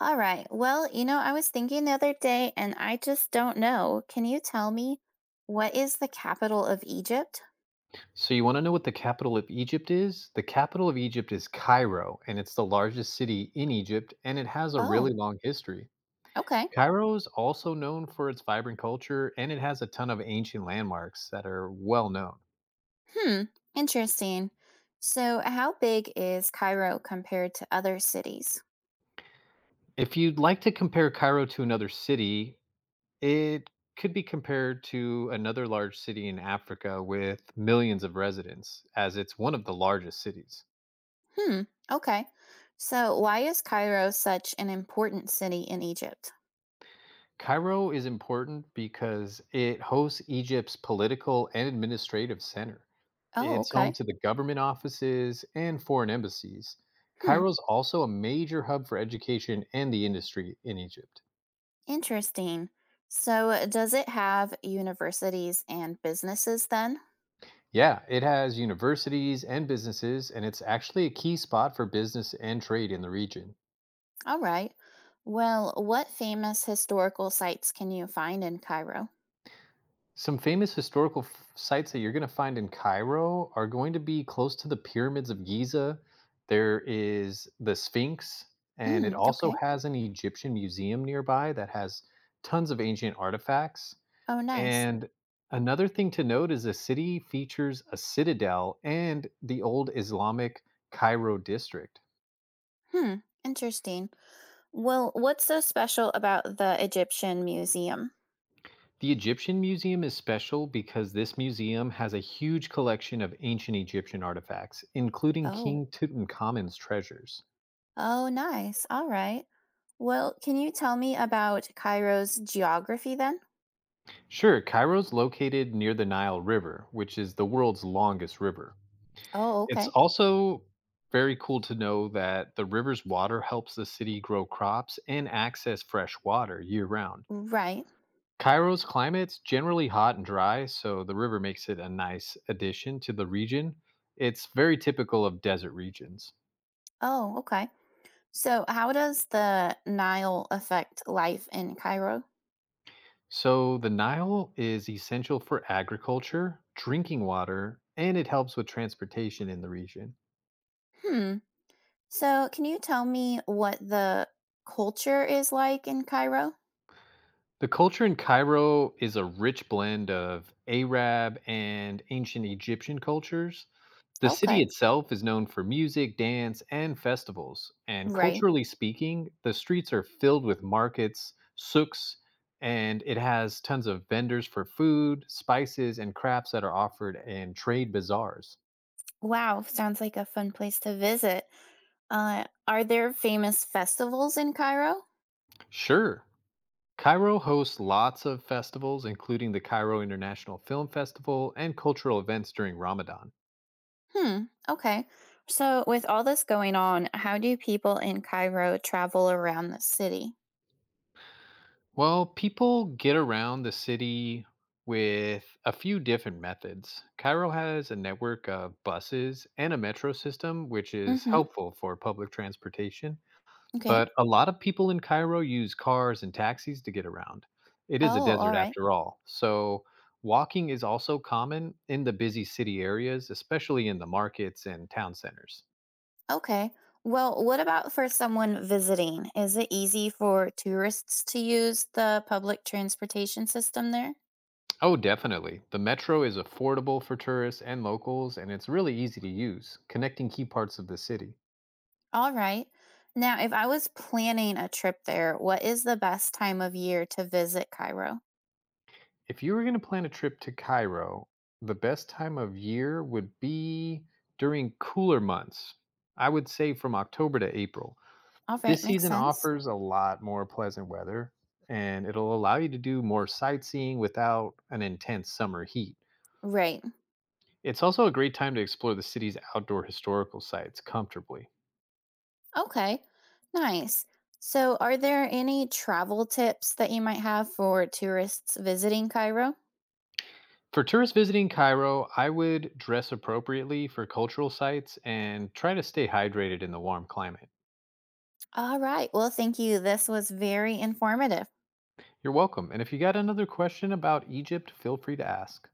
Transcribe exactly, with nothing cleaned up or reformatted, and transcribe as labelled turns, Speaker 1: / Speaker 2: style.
Speaker 1: All right. Well, you know, I was thinking the other day and I just don't know. Can you tell me what is the capital of Egypt?
Speaker 2: So you want to know what the capital of Egypt is? The capital of Egypt is Cairo, and it's the largest city in Egypt, and it has a really
Speaker 1: Oh,
Speaker 2: long history.
Speaker 1: okay.
Speaker 2: Cairo is also known for its vibrant culture, and it has a ton of ancient landmarks that are well known.
Speaker 1: Hmm. Interesting. So, how big is Cairo compared to other cities?
Speaker 2: If you'd like to compare Cairo to another city, it could be compared to another large city in Africa with millions of residents, as it's one of the largest cities.
Speaker 1: Hmm. Okay. So, why is Cairo such an important city in Egypt?
Speaker 2: Cairo is important because it hosts Egypt's political and administrative center.
Speaker 1: Oh,
Speaker 2: It's home
Speaker 1: okay.
Speaker 2: to the government offices and foreign embassies.
Speaker 1: Hmm.
Speaker 2: Cairo's also a major hub for education and the industry in Egypt.
Speaker 1: Interesting. So, does it have universities and businesses then?
Speaker 2: Yeah, it has universities and businesses, and it's actually a key spot for business and trade in the region.
Speaker 1: All right. Well, what famous historical sites can you find in Cairo?
Speaker 2: Some famous historical f- sites that you're going to find in Cairo are going to be close to the pyramids of Giza. There is the Sphinx, and it
Speaker 1: Mm,
Speaker 2: also
Speaker 1: okay.
Speaker 2: has an Egyptian museum nearby that has tons of ancient artifacts.
Speaker 1: Oh, nice.
Speaker 2: And another thing to note is the city features a citadel and the old Islamic Cairo district.
Speaker 1: Hmm. Interesting. Well, what's so special about the Egyptian Museum?
Speaker 2: The Egyptian Museum is special because this museum has a huge collection of ancient Egyptian artifacts, including
Speaker 1: Oh.
Speaker 2: King Tutankhamen's treasures.
Speaker 1: Oh, nice. All right. Well, can you tell me about Cairo's geography then?
Speaker 2: Sure, Cairo's located near the Nile River, which is the world's longest river.
Speaker 1: Oh,
Speaker 2: It's
Speaker 1: okay.
Speaker 2: also very cool to know that the river's water helps the city grow crops and access fresh water year round.
Speaker 1: Right.
Speaker 2: Cairo's climate's generally hot and dry, so the river makes it a nice addition to the region. It's very typical of desert regions.
Speaker 1: Oh, okay. So, how does the Nile affect life in Cairo?
Speaker 2: So, the Nile is essential for agriculture, drinking water, and it helps with transportation in the region.
Speaker 1: Hmm. So, can you tell me what the culture is like in Cairo?
Speaker 2: The culture in Cairo is a rich blend of Arab and ancient Egyptian cultures. The city
Speaker 1: Okay,
Speaker 2: itself is known for music, dance, and festivals. And
Speaker 1: right.
Speaker 2: culturally speaking, the streets are filled with markets, souks, and it has tons of vendors for food, spices, and crafts that are offered in trade bazaars.
Speaker 1: Wow, sounds like a fun place to visit. Uh, are there famous festivals in Cairo?
Speaker 2: Sure. Cairo hosts lots of festivals, including the Cairo International Film Festival and cultural events during Ramadan.
Speaker 1: Hmm, okay. So, with all this going on, how do people in Cairo travel around the city?
Speaker 2: Well, people get around the city with a few different methods. Cairo has a network of buses and a metro system, which
Speaker 1: Mm
Speaker 2: is
Speaker 1: hmm,
Speaker 2: helpful for public transportation.
Speaker 1: okay.
Speaker 2: But a lot of people in Cairo use cars and taxis to get around. It is a
Speaker 1: Oh, all
Speaker 2: desert
Speaker 1: right.
Speaker 2: after all. So, walking is also common in the busy city areas, especially in the markets and town centers.
Speaker 1: Okay. Well, what about for someone visiting? Is it easy for tourists to use the public transportation system there?
Speaker 2: Oh, definitely. The metro is affordable for tourists and locals, and it's really easy to use, connecting key parts of the city.
Speaker 1: All right. Now, if I was planning a trip there, what is the best time of year to visit Cairo?
Speaker 2: If you were going to plan a trip to Cairo, the best time of year would be during cooler months. I would say from October to April.
Speaker 1: All right,
Speaker 2: This
Speaker 1: makes
Speaker 2: season
Speaker 1: sense.
Speaker 2: offers a lot more pleasant weather, and it'll allow you to do more sightseeing without an intense summer heat.
Speaker 1: Right.
Speaker 2: It's also a great time to explore the city's outdoor historical sites comfortably.
Speaker 1: Okay. Nice. So, are there any travel tips that you might have for tourists visiting Cairo?
Speaker 2: For tourists visiting Cairo, I would dress appropriately for cultural sites and try to stay hydrated in the warm climate.
Speaker 1: All right. Well, thank you. This was very informative.
Speaker 2: You're welcome. And if you got another question about Egypt, feel free to ask.